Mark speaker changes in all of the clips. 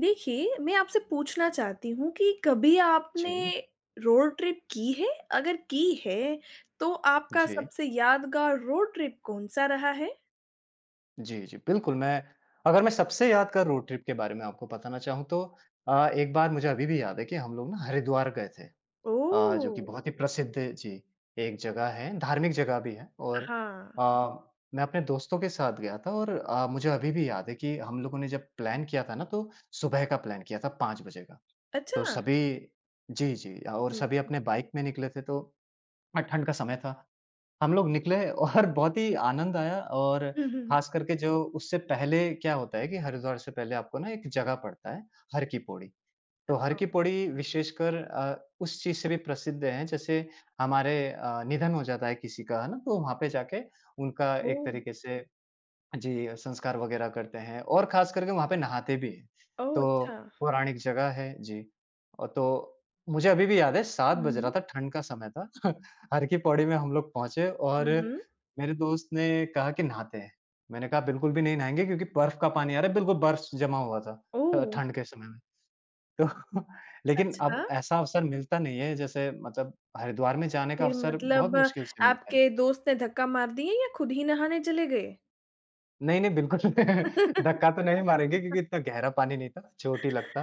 Speaker 1: देखिए, मैं आपसे पूछना चाहती हूँ कि कभी आपने
Speaker 2: जी,
Speaker 1: रोड ट्रिप की है? अगर की है, तो आपका
Speaker 2: जी।
Speaker 1: सबसे यादगार रोड ट्रिप कौन-सा रहा है?
Speaker 2: जी, जी, बिल्कुल, मैं अगर मैं सबसे यादगार रोड ट्रिप के बारे में आपको बताना चाहूँ तो एक बार मुझे अभी भी याद है कि हम लोग ना हरिद्वार गए थे, जो
Speaker 1: ओह!
Speaker 2: कि बहुत ही प्रसिद्ध, जी, एक जगह है, धार्मिक जगह भी है। और
Speaker 1: हाँ।
Speaker 2: अ, मैं अपने दोस्तों के साथ गया था, और मुझे अभी भी याद है कि हम लोगों ने जब प्लान किया था ना, तो सुबह का प्लान किया था 5 बजे का। तो
Speaker 1: अच्छा।
Speaker 2: सभी जी, जी। और सभी
Speaker 1: हुँ।
Speaker 2: अपने बाइक में निकले थे, तो ठंड का समय था। हम लोग निकले और बहुत ही आनंद आया। और
Speaker 1: हुँ, हुँ, हुँ।
Speaker 2: खास करके जो उससे पहले क्या होता है कि हरिद्वार से पहले आपको ना एक जगह पड़ता है, हर की पौड़ी। तो हर की
Speaker 1: हाँ।
Speaker 2: पौड़ी विशेषकर उस चीज से भी प्रसिद्ध है, जैसे हमारे निधन हो जाता है किसी का, है ना, तो वहां पे जाके उनका एक
Speaker 1: ओह!
Speaker 2: तरीके से, जी, संस्कार वगैरह करते हैं, और ख़ास करके वहाँ पे नहाते भी हैं।
Speaker 1: ओह, अच्छा।
Speaker 2: तो पौराणिक जगह है, जी। तो मुझे अभी भी याद है, 7
Speaker 1: हुँ,
Speaker 2: बज रहा
Speaker 1: हुँ।
Speaker 2: था, ठंड का समय था। हर की पौड़ी में हम लोग पहुँचे,
Speaker 1: हुँ,
Speaker 2: और
Speaker 1: हुँ।
Speaker 2: मेरे दोस्त ने कहा कि नहाते हैं। मैंने कहा बिल्कुल भी नहीं नहाएँगे, क्योंकि बर्फ़ का पानी आ रहा है, बिल्कुल बर्फ़ जमा हुआ था
Speaker 1: ओह!
Speaker 2: ठंड के समय में। तो लेकिन
Speaker 1: अच्छा।
Speaker 2: अब ऐसा अवसर मिलता नहीं है, जैसे मतलब हरिद्वार में जाने का
Speaker 1: फिर
Speaker 2: अवसर बहुत
Speaker 1: मतलब
Speaker 2: मुश्किल से मिलता है।
Speaker 1: आपके दोस्त ने धक्का मार दिए या खुद ही नहाने चले गए?
Speaker 2: नहीं, नहीं, बिल्कुल धक्का तो नहीं मारेंगे, क्योंकि इतना गहरा पानी नहीं था, चोट ही लगता।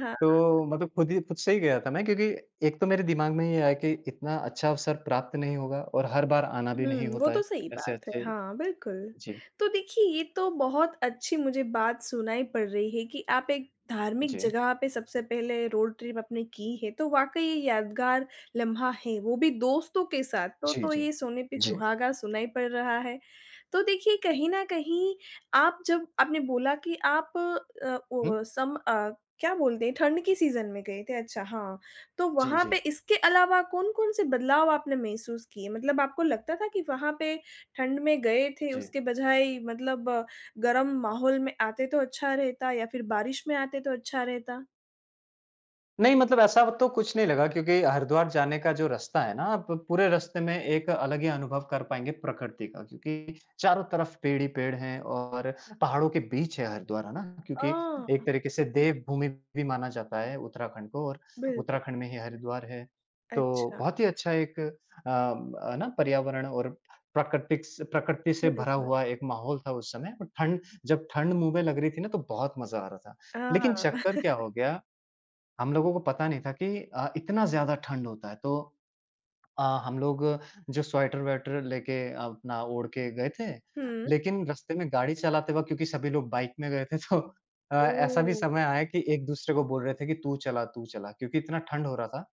Speaker 1: हाँ।
Speaker 2: तो मतलब खुद ही, खुद से ही गया था मैं, क्योंकि एक तो मेरे दिमाग में ये आया कि इतना अच्छा अवसर प्राप्त नहीं होगा, और हर बार आना भी नहीं
Speaker 1: हुँ, वो
Speaker 2: होता
Speaker 1: तो
Speaker 2: है,
Speaker 1: सही
Speaker 2: ऐसे
Speaker 1: बात है।
Speaker 2: अच्छे।
Speaker 1: हाँ, बिल्कुल।
Speaker 2: जी,
Speaker 1: तो देखिए, ये तो बहुत अच्छी मुझे बात सुनाई पड़ रही है कि आप एक धार्मिक
Speaker 2: जी।
Speaker 1: जगह पे सबसे पहले रोड ट्रिप आपने की है, तो वाक़ई ये यादगार लम्हा है, वो भी दोस्तों के साथ, तो
Speaker 2: जी,
Speaker 1: तो
Speaker 2: जी।
Speaker 1: ये सोने पे
Speaker 2: जी।
Speaker 1: सुहागा सुनाई पड़ रहा है। तो देखिए, कहीं न कहीं आप जब आपने बोला कि आप
Speaker 2: हुँ।
Speaker 1: क्या बोलते हैं ठंड के सीज़न में गए थे, अच्छा, हाँ। तो
Speaker 2: जी,
Speaker 1: वहाँ पे
Speaker 2: जी,
Speaker 1: इसके अलावा कौन-कौन से बदलाव आपने महसूस किए? मतलब आपको लगता था कि वहाँ पे ठंड में गए थे,
Speaker 2: जी।
Speaker 1: उसके बजाय मतलब गर्म माहौल में आते तो अच्छा रहता या फिर बारिश में आते तो अच्छा रहता?
Speaker 2: नहीं, मतलब ऐसा तो कुछ नहीं लगा क्योंकि हरिद्वार जाने का जो रास्ता है ना, आप पूरे रास्ते में एक अलग ही अनुभव कर पाएँगे प्रकृति का, क्योंकि चारों तरफ पेड़ ही पेड़ हैं। और पहाड़ों के बीच है हरिद्वार, है ना? क्योंकि
Speaker 1: आह,
Speaker 2: एक तरीके से देवभूमि भी माना जाता है उत्तराखंड को, और
Speaker 1: बिल्कुल।
Speaker 2: उत्तराखंड में ही हरिद्वार है। तो
Speaker 1: अच्छा,
Speaker 2: बहुत ही अच्छा एक है ना पर्यावरण और प्राकृतिक स प्रकृति से भरा
Speaker 1: बिल्कुल।
Speaker 2: हुआ एक माहौल था उस समय। और ठंड जब ठंड मुँह में लग रही थी ना, तो बहुत मज़ा आ रहा था। लेकिन
Speaker 1: हाँ।
Speaker 2: चक्कर क्या हो गया, हम लोगों को पता नहीं था कि इतना ज़्यादा ठंड होता है। तो हम लोग जो स्वेटर-वेटर लेके अपना ओढ़ के गए थे,
Speaker 1: हुँ।
Speaker 2: लेकिन रास्ते में गाड़ी चलाते वक़्त, क्योंकि सभी लोग बाइक में गए थे, तो ऐसा भी
Speaker 1: ओह!
Speaker 2: समय आया कि एक-दूसरे को बोल रहे थे कि तू चला, तू चला, क्योंकि इतना ठंड हो रहा था।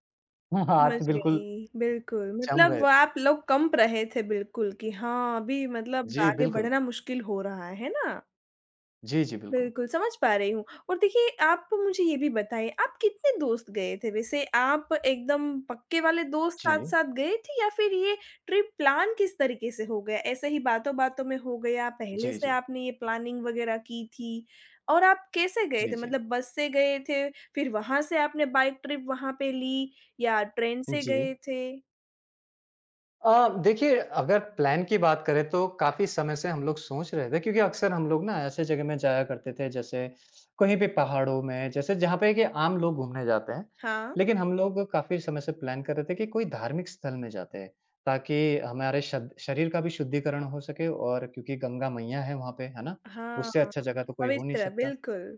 Speaker 1: समझ
Speaker 2: हाथ बिल्कुल
Speaker 1: गई। बिल्कुल,
Speaker 2: जम
Speaker 1: मतलब
Speaker 2: रहे
Speaker 1: वो
Speaker 2: थे।
Speaker 1: आप लोग कंप रहे थे बिल्कुल कि हाँ, अभी मतलब
Speaker 2: जी,
Speaker 1: आगे
Speaker 2: बिल्कुल।
Speaker 1: बढ़ना मुश्किल हो रहा है ना?
Speaker 2: जी, जी, बिल्कुल।
Speaker 1: बिल्कुल, समझ पा रही हूँ और देखिए आप मुझे ये भी बताइए आप कितने दोस्त गए थे वैसे? आप एकदम पक्के वाले दोस्त
Speaker 2: जी।
Speaker 1: साथ-साथ गए थे या फिर ये ट्रिप प्लान किस तरीके से हो गया? ऐसे ही बातों-बातों में हो गया, पहले
Speaker 2: जी,
Speaker 1: से
Speaker 2: जी।
Speaker 1: आपने ये प्लानिंग वगैरह की थी? और आप कैसे गए
Speaker 2: जी,
Speaker 1: थे?
Speaker 2: जी।
Speaker 1: मतलब बस से गए थे, फिर वहाँ से आपने बाइक ट्रिप वहाँ पे ली या ट्रेन से
Speaker 2: जी।
Speaker 1: गए थे?
Speaker 2: देखिए, अगर प्लान की बात करें तो काफ़ी समय से हम लोग सोच रहे थे, क्योंकि अक्सर हम लोग ना ऐसे जगह में जाया करते थे, जैसे कहीं भी पहाड़ों में, जैसे जहाँ पे कि आम लोग घूमने जाते हैं।
Speaker 1: हाँ,
Speaker 2: लेकिन हम लोग काफ़ी समय से प्लान कर रहे थे कि कोई धार्मिक स्थल में जाते हैं, ताकि हमारे शद शरीर का भी शुद्धिकरण हो सके। और क्योंकि गंगा मैया है वहाँ पे, है ना?
Speaker 1: हाँ,
Speaker 2: उससे अच्छा जगह तो कोई हो नहीं
Speaker 1: पवित्र,
Speaker 2: सकता।
Speaker 1: बिल्कुल।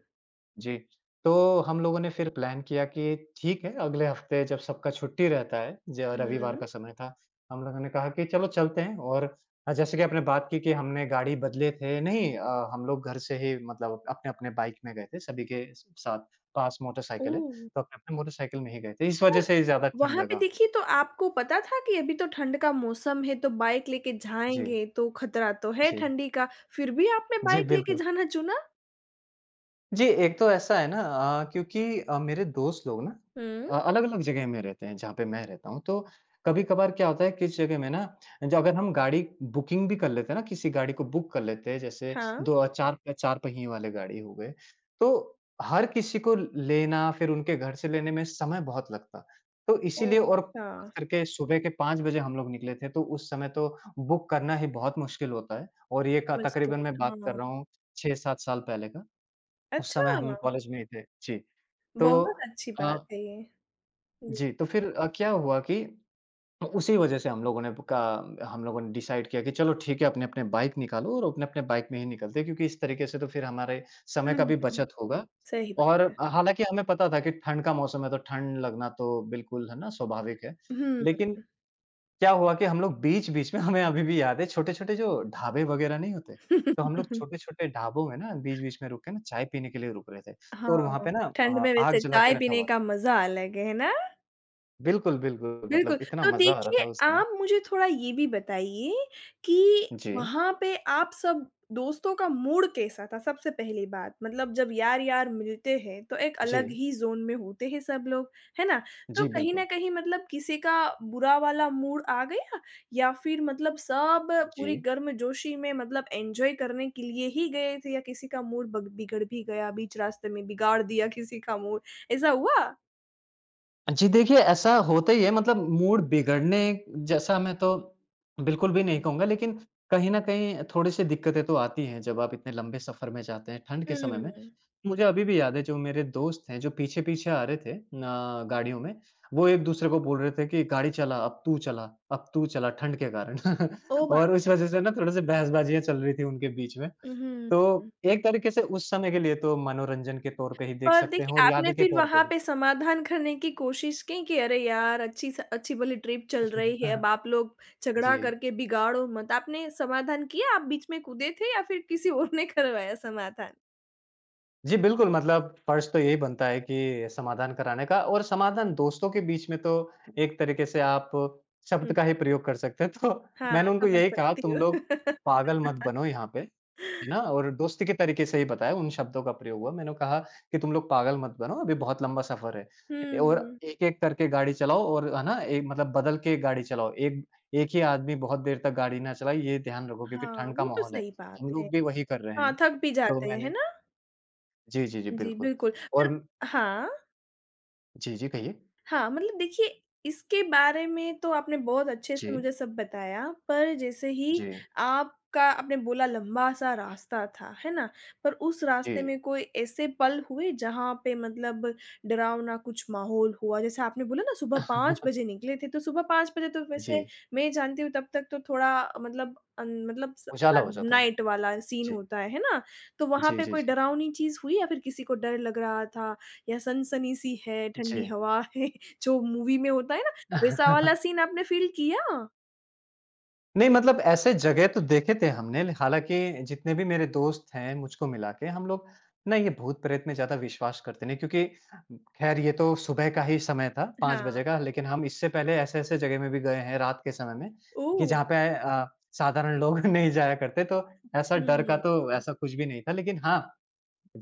Speaker 2: जी, तो हम लोगों ने फिर प्लान किया कि ठीक है, अगले हफ्ते जब सबका छुट्टी रहता है, ज
Speaker 1: हुँ,
Speaker 2: रविवार का
Speaker 1: हुँ,
Speaker 2: समय था, हम लोगों ने कहा कि चलो चलते हैं। और जैसे कि आपने बात की कि हमने गाड़ी बदले थे नहीं, हम लोग घर से ही मतलब अपने-अपने बाइक में गए थे, सभी के स साथ पास मोटरसाइकिल है,
Speaker 1: ओह!
Speaker 2: तो अपने-अपने मोटरसाइकिल में ही गए थे, इस वजह
Speaker 1: पर
Speaker 2: से ज़्यादा ठंड
Speaker 1: वहाँ पे
Speaker 2: लगा।
Speaker 1: देखिए तो आपको पता था कि अभी तो ठंड का मौसम है तो बाइक लेके
Speaker 2: जी,
Speaker 1: जाएँगे तो खतरा तो है
Speaker 2: जी।
Speaker 1: ठंडी का, फिर भी आपने
Speaker 2: जी,
Speaker 1: बाइक लेके
Speaker 2: बिल्कुल।
Speaker 1: जाना चुना?
Speaker 2: जी, एक तो ऐसा है ना, क्योंकि मेरे दोस्त लोग ना
Speaker 1: हुँ।
Speaker 2: अलग-अलग जगह में रहते हैं, जहाँ पे मैं रहता हूँ। तो कभी-कभार क्या होता है किस जगह में ना, जो अगर हम गाड़ी बुकिंग भी कर लेते हैं ना, किसी गाड़ी को बुक कर लेते हैं, जैसे
Speaker 1: हाँ।
Speaker 2: दो चार चार पहिए वाले गाड़ी हो गए, तो हर किसी को लेना फिर उनके घर से लेने में समय बहुत लगता। तो
Speaker 1: ओह!
Speaker 2: इसीलिए, और ख़ास
Speaker 1: अच्छा,
Speaker 2: करके सुबह के 5 बजे हम लोग निकले थे, तो उस समय तो बुक करना ही बहुत मुश्किल होता है। और ये क
Speaker 1: समझ
Speaker 2: तकरीबन
Speaker 1: गई।
Speaker 2: मैं बात कर
Speaker 1: हाँ।
Speaker 2: रहा हूँ 6-7 साल पहले का। उस
Speaker 1: अच्छा,
Speaker 2: समय हम कॉलेज में ही थे। जी, तो
Speaker 1: बहुत अच्छी बात
Speaker 2: अ,
Speaker 1: है ये। जी।
Speaker 2: जी, तो फिर क्या हुआ कि उसी वजह से हम लोगों ने डिसाइड किया कि चलो ठीक है, अपने-अपने बाइक निकालो, और अपने-अपने बाइक में ही निकलते हैं, क्योंकि इस तरीके से तो फिर हमारे समय का भी
Speaker 1: हुँ,
Speaker 2: बचत होगा।
Speaker 1: सही
Speaker 2: और
Speaker 1: बात है।
Speaker 2: हालाँकि हमें पता था कि ठंड का मौसम है, तो ठंड लगना तो बिल्कुल है ना स्वाभाविक है।
Speaker 1: हुँ।
Speaker 2: लेकिन क्या हुआ कि हम लोग बीच-बीच में, हमें अभी भी याद है, छोटे-छोटे जो ढाबे वगैरह नहीं होते, तो हम लोग छोटे-छोटे ढाबों में ना बीच-बीच में रुक के ना चाय पीने के लिए रुक रहे थे। तो
Speaker 1: हाँ,
Speaker 2: और वहाँ पे ना
Speaker 1: ठंड में
Speaker 2: आग
Speaker 1: वैसे
Speaker 2: जला के
Speaker 1: चाय
Speaker 2: रखा
Speaker 1: पीने
Speaker 2: हुआ
Speaker 1: का
Speaker 2: था।
Speaker 1: मज़ा अलग है ना?
Speaker 2: बिल्कुल, बिल्कुल,
Speaker 1: बिल्कुल,
Speaker 2: मतलब इतना
Speaker 1: तो
Speaker 2: मज़ा आ रहा
Speaker 1: देखिए
Speaker 2: था उस समय।
Speaker 1: आप मुझे थोड़ा ये भी बताइए कि
Speaker 2: जी,
Speaker 1: वहाँ पे आप सब दोस्तों का मूड कैसा था? सबसे पहली बात मतलब जब यार-यार मिलते हैं तो एक अलग
Speaker 2: जी,
Speaker 1: ही ज़ोन में होते हैं सब लोग, है ना? तो
Speaker 2: जी,
Speaker 1: कहीं न
Speaker 2: बिल्कुल।
Speaker 1: कहीं मतलब किसी का बुरा वाला मूड आ गया या फिर मतलब सब पूरी
Speaker 2: जी।
Speaker 1: गर्मजोशी में मतलब एन्जॉय करने के लिए ही गए थे या किसी का मूड बग बिगड़ भी गया, बीच रास्ते में बिगाड़ दिया किसी का मूड, ऐसा हुआ?
Speaker 2: जी, देखिए, ऐसा होता ही है, मतलब मूड बिगड़ने जैसा मैं तो बिल्कुल भी नहीं कहूँगा, लेकिन कहीं न कहीं थोड़ी-सी दिक्कतें तो आती हैं जब आप इतने लंबे सफ़र में जाते हैं ठंड के समय में।
Speaker 1: हुँ।
Speaker 2: मुझे अभी भी याद है, जो मेरे दोस्त हैं जो पीछे-पीछे आ रहे थे गाड़ियों में, वो एक-दूसरे को बोल रहे थे कि गाड़ी चला, अब तू चला, अब तू चला, ठंड के कारण।
Speaker 1: ओह
Speaker 2: और
Speaker 1: बाप!
Speaker 2: उस वज़ह से ना थोड़े-से बहसबाजियाँ चल रही थी उनके बीच में।
Speaker 1: हुँ।
Speaker 2: तो एक तरीके से उस समय के लिए तो मनोरंजन के तौर पे ही देख
Speaker 1: और
Speaker 2: सकते हैं,
Speaker 1: देखिए,
Speaker 2: और
Speaker 1: आपने
Speaker 2: यादें के
Speaker 1: फिर
Speaker 2: तौर पे
Speaker 1: वहाँ
Speaker 2: भी।
Speaker 1: पे समाधान करने की कोशिश नहीं की? कि अरे यार, अच्छी भली ट्रिप चल रही है, अब आप लोग झगड़ा
Speaker 2: जी।
Speaker 1: करके बिगाड़ो मत। आपने समाधान किया? आप बीच में कूदे थे या फिर किसी और ने करवाया समाधान?
Speaker 2: जी, बिल्कुल, मतलब फ़र्ज़ तो यही बनता है कि समाधान कराने का, और समाधान दोस्तों के बीच में तो एक तरीके से आप शब्द
Speaker 1: हुँ।
Speaker 2: का ही प्रयोग कर सकते हैं। तो
Speaker 1: हाँ,
Speaker 2: मैंने उनको
Speaker 1: समझ
Speaker 2: यही कहा,
Speaker 1: सकती
Speaker 2: तुम लोग
Speaker 1: हूँ।
Speaker 2: पागल मत बनो यहाँ पे, है ना? और दोस्ती के तरीके से ही बताया, उन शब्दों का प्रयोग हुआ। मैंने कहा कि तुम लोग पागल मत बनो, अभी बहुत लंबा सफ़र है। ए और
Speaker 1: हुँ,
Speaker 2: एक-एक करके गाड़ी चलाओ, और है ना? ए मतलब बदल के गाड़ी चलाओ। एक एक ही आदमी बहुत देर तक गाड़ी ना चलाए, ये ध्यान रखो क्योंकि
Speaker 1: हाँ,
Speaker 2: ठंड का
Speaker 1: वो तो
Speaker 2: माहौल है।
Speaker 1: सही बात
Speaker 2: हम
Speaker 1: है।
Speaker 2: लोग भी वही कर रहे
Speaker 1: हाँ,
Speaker 2: हैं।
Speaker 1: थक भी
Speaker 2: तो
Speaker 1: जाते हैं, है
Speaker 2: मैंने,
Speaker 1: ना?
Speaker 2: जी, जी, जी,
Speaker 1: जी,
Speaker 2: बिल्कुल।
Speaker 1: बिल्कुल। पर
Speaker 2: और
Speaker 1: हाँ?
Speaker 2: जी, जी, कहिए?
Speaker 1: हाँ, मतलब देखिए इसके बारे में तो आपने बहुत अच्छे से
Speaker 2: जी,
Speaker 1: मुझे सब बताया, पर जैसे ही
Speaker 2: जी।
Speaker 1: आपका आपने बोला लंबा-सा रास्ता था, है ना? पर उस
Speaker 2: जी।
Speaker 1: रास्ते में कोई ऐसे पल हुए जहाँ पे मतलब डरावना कुछ माहौल हुआ? जैसे आपने बोला ना सुबह 5 बजे निकले थे, तो सुबह 5 बजे तो वैसे
Speaker 2: जी,
Speaker 1: मैं जानती हूँ तब तक तो थोड़ा मतलब अन मतलब स
Speaker 2: उजाला हो जाता है।
Speaker 1: नाइट वाला सीन
Speaker 2: जी,
Speaker 1: होता है ना? तो वहाँ
Speaker 2: जी,
Speaker 1: पे
Speaker 2: जी,
Speaker 1: कोई
Speaker 2: जी,
Speaker 1: डरावनी चीज़ हुई या फिर किसी को डर लग रहा था या सनसनी सी है, ठंडी
Speaker 2: जी।
Speaker 1: हवा है? जो मूवी में होता है ना, वैसा वाला सीन आपने फ़ील किया?
Speaker 2: नहीं, मतलब ऐसे जगह तो देखे थे हमने, हालाँकि जितने भी मेरे दोस्त हैं मुझको मिला के, हम लोग ना ये भूत-प्रेत में ज़्यादा विश्वास करते नहीं, क्योंकि ख़ैर ये तो सुबह का ही समय था, 5
Speaker 1: हाँ।
Speaker 2: बजे का, लेकिन हम इससे पहले ऐसे-ऐसे जगह में भी गए हैं रात के समय में कि
Speaker 1: ओह!
Speaker 2: जहाँ पे साधारण लोग नहीं जाया करते। तो ऐसा डर का
Speaker 1: हुँ,
Speaker 2: तो ऐसा कुछ भी नहीं था, लेकिन हाँ,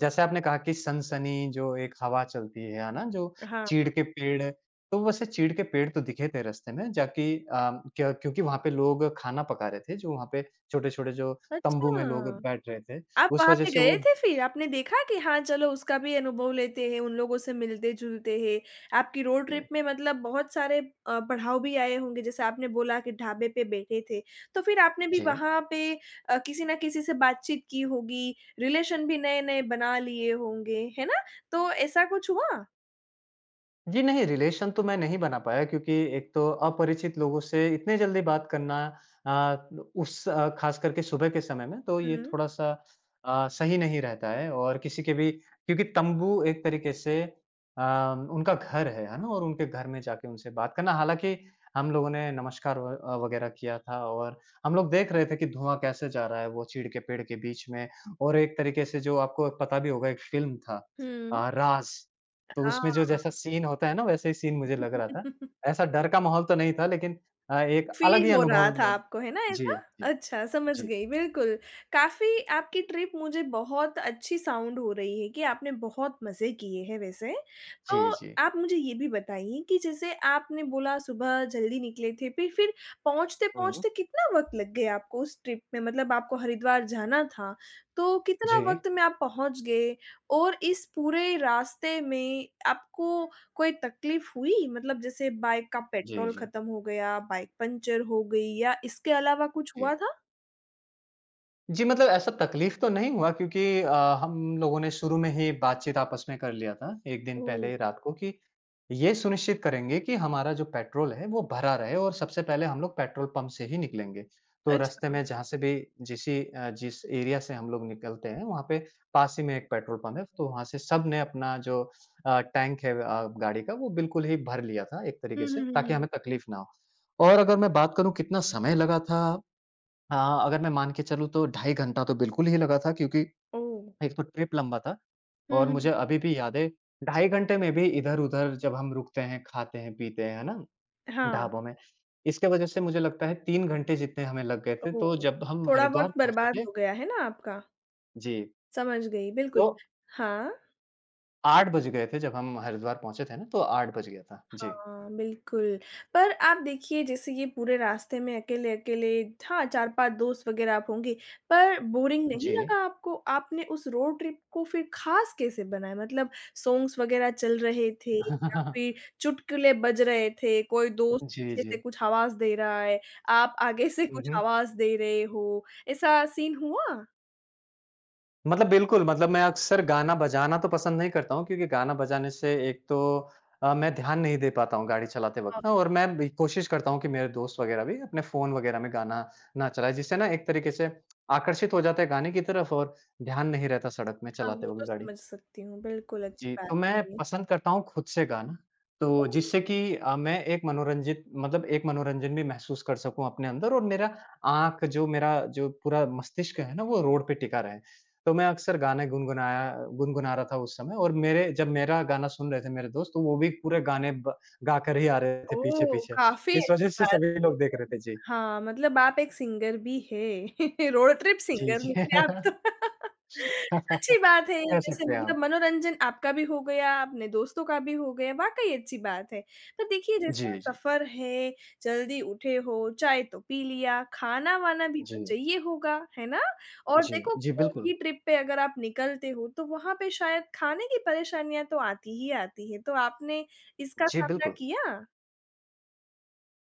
Speaker 2: जैसे आपने कहा कि सनसनी जो एक हवा चलती है ना? जो
Speaker 1: हाँ।
Speaker 2: चीड़ के पेड़, तो वैसे चीड़ के पेड़ तो दिखे थे रास्ते में, जाकि क्योंकि वहाँ पे लोग खाना पका रहे थे, जो वहाँ पे छोटे-छोटे जो तम्बू में लोग
Speaker 1: अच्छा,
Speaker 2: बैठ रहे थे,
Speaker 1: आप
Speaker 2: उस
Speaker 1: वहाँ
Speaker 2: वजह
Speaker 1: पे
Speaker 2: से
Speaker 1: गए
Speaker 2: वो।
Speaker 1: थे फिर? आपने देखा कि हाँ, चलो उसका भी अनुभव लेते हैं, उन लोगों से मिलते-जुलते हैं। आपकी रोड
Speaker 2: जी,
Speaker 1: ट्रिप में मतलब बहुत सारे पड़ाव भी आए होंगे, जैसे आपने बोला कि ढाबे पे बैठे थे। तो फिर आपने भी
Speaker 2: जी।
Speaker 1: वहाँ पे किसी न किसी से बातचीत की होगी, रिलेशन भी नए-नए बना लिए होंगे, है ना? तो ऐसा कुछ हुआ?
Speaker 2: जी नहीं, रिलेशन तो मैं नहीं बना पाया, क्योंकि एक तो अपरिचित लोगों से इतने जल्दी बात करना अ, ख़ास करके सुबह के समय में, तो ये
Speaker 1: हुँ।
Speaker 2: थोड़ा-सा सही नहीं रहता है। और किसी के भी, क्योंकि तंबू एक तरीके से उनका घर है ना? और उनके घर में जाके उनसे बात करना। हालाँकि हम लोगों ने नमस्कार व वग़ैरह किया था। और हम लोग देख रहे थे कि धुआँ कैसे जा रहा है वो चीड़ के पेड़ के बीच में। और एक तरीके से जो आपको पता भी होगा, एक फ़िल्म था
Speaker 1: हुँ।
Speaker 2: राज़। तो उसमें जो जैसा सीन होता है ना, वैसे ही सीन मुझे लग रहा था।
Speaker 1: हाँ।
Speaker 2: ऐसा डर का माहौल तो नहीं था लेकिन एक अलग ही
Speaker 1: फ़ील हो रहा था
Speaker 2: अनुभव।
Speaker 1: आपको, है ना
Speaker 2: जी,
Speaker 1: ऐसा?
Speaker 2: जी,
Speaker 1: अच्छा, समझ
Speaker 2: जी।
Speaker 1: गई, बिल्कुल। काफ़ी आपकी ट्रिप मुझे बहुत अच्छी साउंड हो रही है कि आपने बहुत मज़े किए हैं वैसे। तो
Speaker 2: जी, जी।
Speaker 1: आप मुझे ये भी बताइए कि जैसे आपने बोला सुबह जल्दी निकले थे, फिर
Speaker 2: हुँ।
Speaker 1: पहुँचते-पहुँचते कितना वक़्त लग गया आपको उस ट्रिप में? मतलब आपको हरिद्वार जाना था, तो कितना
Speaker 2: जी।
Speaker 1: वक़्त में आप पहुँच गए? और इस पूरे रास्ते में आपको कोई तकलीफ हुई? मतलब जैसे बाइक का
Speaker 2: जी,
Speaker 1: पेट्रोल
Speaker 2: जी,
Speaker 1: खत्म हो गया, बाइक पंचर हो गई या इसके अलावा कुछ हुआ
Speaker 2: जी।
Speaker 1: था?
Speaker 2: जी, मतलब ऐसा तकलीफ़ तो नहीं हुआ क्योंकि हम लोगों ने शुरू में ही बातचीत आपस में कर लिया था, 1 दिन पहले
Speaker 1: ओह!
Speaker 2: ही रात को कि ये सुनिश्चित करेंगे कि हमारा जो पेट्रोल है वो भरा रहे और सबसे पहले हम लोग पेट्रोल पंप से ही निकलेंगे। तो रास्ते
Speaker 1: अच्छा।
Speaker 2: में जहाँ से भी जिस एरिया से हम लोग निकलते हैं वहाँ पे पास ही में एक पेट्रोल पंप है, तो वहाँ से सबने अपना जो टैंक है गाड़ी का वो बिल्कुल ही भर लिया था एक
Speaker 1: हुँ,
Speaker 2: तरीके
Speaker 1: हुँ,
Speaker 2: से
Speaker 1: हुँ,
Speaker 2: ताकि
Speaker 1: हुँ।
Speaker 2: हमें तकलीफ़ ना हो। और अगर मैं बात करूँ कितना समय लगा था। हाँ, अगर मैं मान के चलूँ तो ढाई घंटा तो बिल्कुल ही लगा था क्योंकि
Speaker 1: ओह!
Speaker 2: एक तो ट्रिप लंबा था
Speaker 1: हुँ,
Speaker 2: और
Speaker 1: हुँ, हुँ।
Speaker 2: मुझे अभी भी याद है। ढाई घंटे में भी इधर-उधर जब हम रुकते हैं, खाते हैं, पीते हैं, है ना?
Speaker 1: हाँ,
Speaker 2: ढाबों में। इसके वजह से मुझे लगता है 3 घंटे जितने हमें लग गए थे, तो
Speaker 1: ओह!
Speaker 2: जब हम
Speaker 1: थोड़ा
Speaker 2: हरिद्वार
Speaker 1: वक़्त
Speaker 2: पहुँचे
Speaker 1: बर्बाद
Speaker 2: थे,
Speaker 1: हो गया है ना आपका?
Speaker 2: जी,
Speaker 1: समझ गई, बिल्कुल।
Speaker 2: तो
Speaker 1: हाँ।
Speaker 2: 8 बज गए थे। जब हम हरिद्वार पहुँचे थे ना तो 8 बज गया था। जी।
Speaker 1: हाँ, बिल्कुल। पर आप देखिए जैसे ये पूरे रास्ते में अकेले-अकेले हाँ, 4-5 दोस्त वग़ैरह आप होंगे, पर बोरिंग नहीं
Speaker 2: जी।
Speaker 1: लगा आपको? आपने उस रोड ट्रिप को फिर ख़ास कैसे बनाया? मतलब सॉन्ग्स वग़ैरह चल रहे थे या फिर चुटकुले बज रहे थे, कोई दोस्त
Speaker 2: जी,
Speaker 1: पीछे
Speaker 2: जी।
Speaker 1: से कुछ आवाज़ दे रहा है, आप आगे से
Speaker 2: हुँ,
Speaker 1: कुछ
Speaker 2: हुँ।
Speaker 1: आवाज़ दे रहे हो, ऐसा सीन हुआ?
Speaker 2: मतलब बिल्कुल, मतलब मैं अक्सर गाना बजाना तो पसंद नहीं करता हूँ क्योंकि गाना बजाने से एक तो मैं ध्यान नहीं दे पाता हूँ गाड़ी चलाते वक़्त
Speaker 1: हाँ,
Speaker 2: ना। और मैं भी कोशिश करता हूँ कि मेरे दोस्त वग़ैरह भी अपने फ़ोन वग़ैरह में गाना ना चलाएँ, जिससे ना एक तरीके से आकर्षित हो जाते हैं गाने की तरफ और ध्यान नहीं रहता सड़क में
Speaker 1: हाँ,
Speaker 2: चलाते
Speaker 1: वो तो
Speaker 2: वक़्त गाड़ी।
Speaker 1: समझ सकती हूँ। बिल्कुल, अच्छी
Speaker 2: जी,
Speaker 1: बात
Speaker 2: तो मैं
Speaker 1: है ये।
Speaker 2: पसंद करता हूँ खुद से गाना, तो जिससे कि मैं एक मनोरंजित मतलब एक मनोरंजन भी महसूस कर सकूँ अपने अंदर और मेरा आँख जो मेरा जो पूरा मस्तिष्क है ना, वो रोड पे टिका रहे। तो मैं अक्सर गाने गुनगुना रहा था उस समय और मेरे जब मेरा गाना सुन रहे थे मेरे दोस्त, तो वो भी पूरे गाने ब गाकर ही आ रहे थे
Speaker 1: ओह!
Speaker 2: पीछे-पीछे।
Speaker 1: काफ़ी
Speaker 2: इस
Speaker 1: अच्छी
Speaker 2: वजह से
Speaker 1: बात
Speaker 2: सभी
Speaker 1: है ये
Speaker 2: लोग देख
Speaker 1: तो।
Speaker 2: रहे थे। जी।
Speaker 1: हाँ, मतलब आप एक सिंगर भी हैं। रोड ट्रिप
Speaker 2: जी,
Speaker 1: सिंगर
Speaker 2: जी।
Speaker 1: निकले आप तो। अच्छी बात है ये
Speaker 2: कह
Speaker 1: वैसे
Speaker 2: सकते हैं आप।
Speaker 1: मतलब मनोरंजन आपका भी हो गया, अपने दोस्तों का भी हो गया, वाक़ई अच्छी बात है। तो देखिए जैसे
Speaker 2: जी, जी।
Speaker 1: सफ़र है, जल्दी उठे हो, चाय तो पी लिया, खाना-वाना भी
Speaker 2: जी।
Speaker 1: तो चाहिए होगा, है ना? और
Speaker 2: जी।
Speaker 1: देखो
Speaker 2: जी,
Speaker 1: कोई
Speaker 2: बिल्कुल।
Speaker 1: भी ट्रिप पे अगर आप निकलते हो तो वहाँ पे शायद खाने की परेशानियाँ तो आती ही आती है, तो आपने इसका
Speaker 2: जी,
Speaker 1: सामना
Speaker 2: बिल्कुल।
Speaker 1: किया?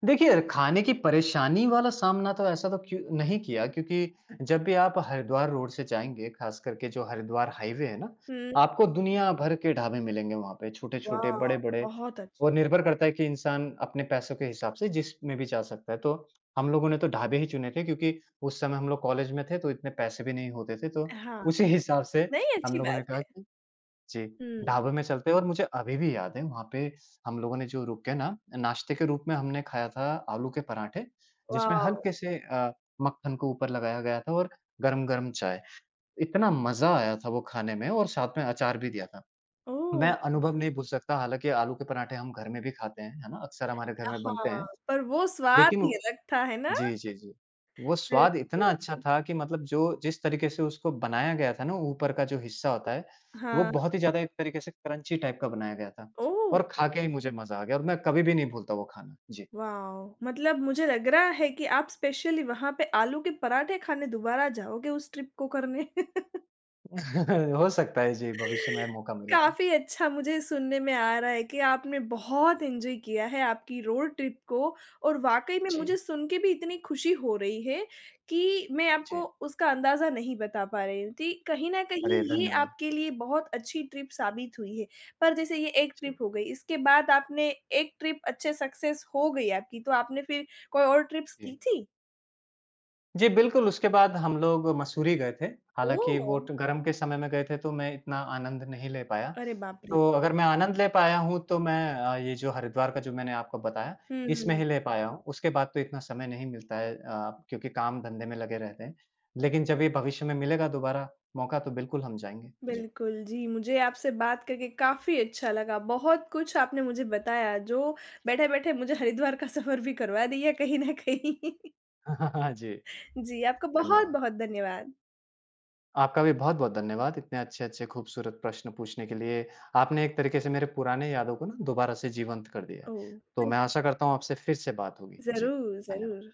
Speaker 2: देखिए, खाने की परेशानी वाला सामना तो ऐसा तो क्यों नहीं किया क्योंकि जब भी आप हरिद्वार रोड से जाएँगे, ख़ास करके जो हरिद्वार हाईवे है ना,
Speaker 1: हुँ,
Speaker 2: आपको दुनिया भर के ढाबे मिलेंगे वहाँ पे, छोटे-छोटे,
Speaker 1: वाव!
Speaker 2: बड़े-बड़े।
Speaker 1: बहुत अच्छी
Speaker 2: और निर्भर करता है कि इंसान अपने पैसों के हिसाब से जिसमें भी जा सकता है। तो हम लोगों ने तो ढाबे ही चुने थे क्योंकि उस समय हम लोग कॉलेज में थे, तो इतने पैसे भी नहीं होते थे, तो
Speaker 1: हाँ,
Speaker 2: उसी हिसाब से
Speaker 1: नहीं
Speaker 2: हम
Speaker 1: अच्छी
Speaker 2: लोगों
Speaker 1: बात
Speaker 2: ने कहा
Speaker 1: है।
Speaker 2: जी,
Speaker 1: हुँ,
Speaker 2: ढाबे में चलते हैं। और मुझे अभी भी याद है वहाँ पे हम लोगों ने जो रुक के ना नाश्ते के रूप में हमने खाया था आलू के पराठे, जिसमें
Speaker 1: वाव!
Speaker 2: हल्के से मक्खन को ऊपर लगाया गया था और गरम-गरम चाय। इतना मज़ा आया था वो खाने में और साथ में अचार भी दिया था। मैं
Speaker 1: ओह!
Speaker 2: अनुभव नहीं भूल सकता। हालाँकि आलू के पराठे हम घर में भी खाते हैं, है ना? अक्सर हमारे घर में बनते हैं,
Speaker 1: हाँ, पर वो स्वाद
Speaker 2: लेकिन
Speaker 1: ही अलग था, है ना?
Speaker 2: जी, जी, जी। वो स्वाद इतना अच्छा
Speaker 1: बिल्कुल।
Speaker 2: था कि मतलब जो जिस तरीके से उसको बनाया गया था ना, ऊपर का जो हिस्सा होता है, वो
Speaker 1: हाँ,
Speaker 2: बहुत ही ज़्यादा एक तरीके से क्रंची टाइप का बनाया गया था
Speaker 1: ओह!
Speaker 2: और खा के ही मुझे मज़ा आ गया। और मैं कभी भी नहीं भूलता वो खाना। जी।
Speaker 1: वाव! मतलब मुझे लग रहा है कि आप स्पेशली वहाँ पे आलू के पराठे खाने दोबारा जाओगे उस ट्रिप को करने।
Speaker 2: हो सकता है जी, भविष्य में मौका मिला तो।
Speaker 1: काफ़ी अच्छा मुझे सुनने में आ रहा है कि आपने बहुत एन्जॉय किया है आपकी रोड ट्रिप को और वाक़ई में मुझे
Speaker 2: जी,
Speaker 1: सुन के भी इतनी खुशी हो रही है कि मैं आपको
Speaker 2: जी।
Speaker 1: उसका अंदाज़ा नहीं बता पा रही हूँ। थी। कहीं न कहीं
Speaker 2: अरे
Speaker 1: ये
Speaker 2: धन्यवाद।
Speaker 1: आपके लिए बहुत अच्छी ट्रिप साबित हुई है। पर जैसे ये एक ट्रिप
Speaker 2: जी,
Speaker 1: हो गई, इसके बाद आपने एक ट्रिप अच्छे सक्सेस हो गई आपकी, तो आपने फिर कोई और ट्रिप्स की
Speaker 2: जी।
Speaker 1: थी?
Speaker 2: जी, बिल्कुल, उसके बाद हम लोग मसूरी गए थे। हालाँकि
Speaker 1: ओह!
Speaker 2: वो ट गर्म के समय में गए थे, तो मैं इतना आनंद नहीं ले पाया।
Speaker 1: अरे बाप रे!
Speaker 2: तो अगर मैं आनंद ले पाया हूँ, तो मैं ये जो हरिद्वार का जो मैंने आपको बताया, इसमें
Speaker 1: हुँ।
Speaker 2: ही ले पाया हूँ। उसके बाद तो इतना समय नहीं मिलता है क्योंकि काम-धंधे में लगे रहते हैं। लेकिन जब ये भविष्य में मिलेगा दोबारा मौका, तो बिल्कुल हम जाएँगे। जी।
Speaker 1: बिल्कुल, जी, मुझे आपसे बात करके काफ़ी अच्छा लगा। बहुत कुछ आपने मुझे बताया जो बैठे-बैठे मुझे हरिद्वार का सफ़र भी करवा दिया कहीं न कहीं।
Speaker 2: जी,
Speaker 1: जी, आपका
Speaker 2: धन्यवाद।
Speaker 1: बहुत-बहुत धन्यवाद।
Speaker 2: आपका भी बहुत-बहुत धन्यवाद, इतने अच्छे-अच्छे खूबसूरत प्रश्न पूछने के लिए। आपने एक तरीके से मेरे पुराने यादों को ना दोबारा से जीवंत कर दिया है।
Speaker 1: ओह!
Speaker 2: तो मैं आशा करता हूँ आपसे फिर से बात होगी। जी,
Speaker 1: ज़रूर,
Speaker 2: धन्यवाद।
Speaker 1: ज़रूर।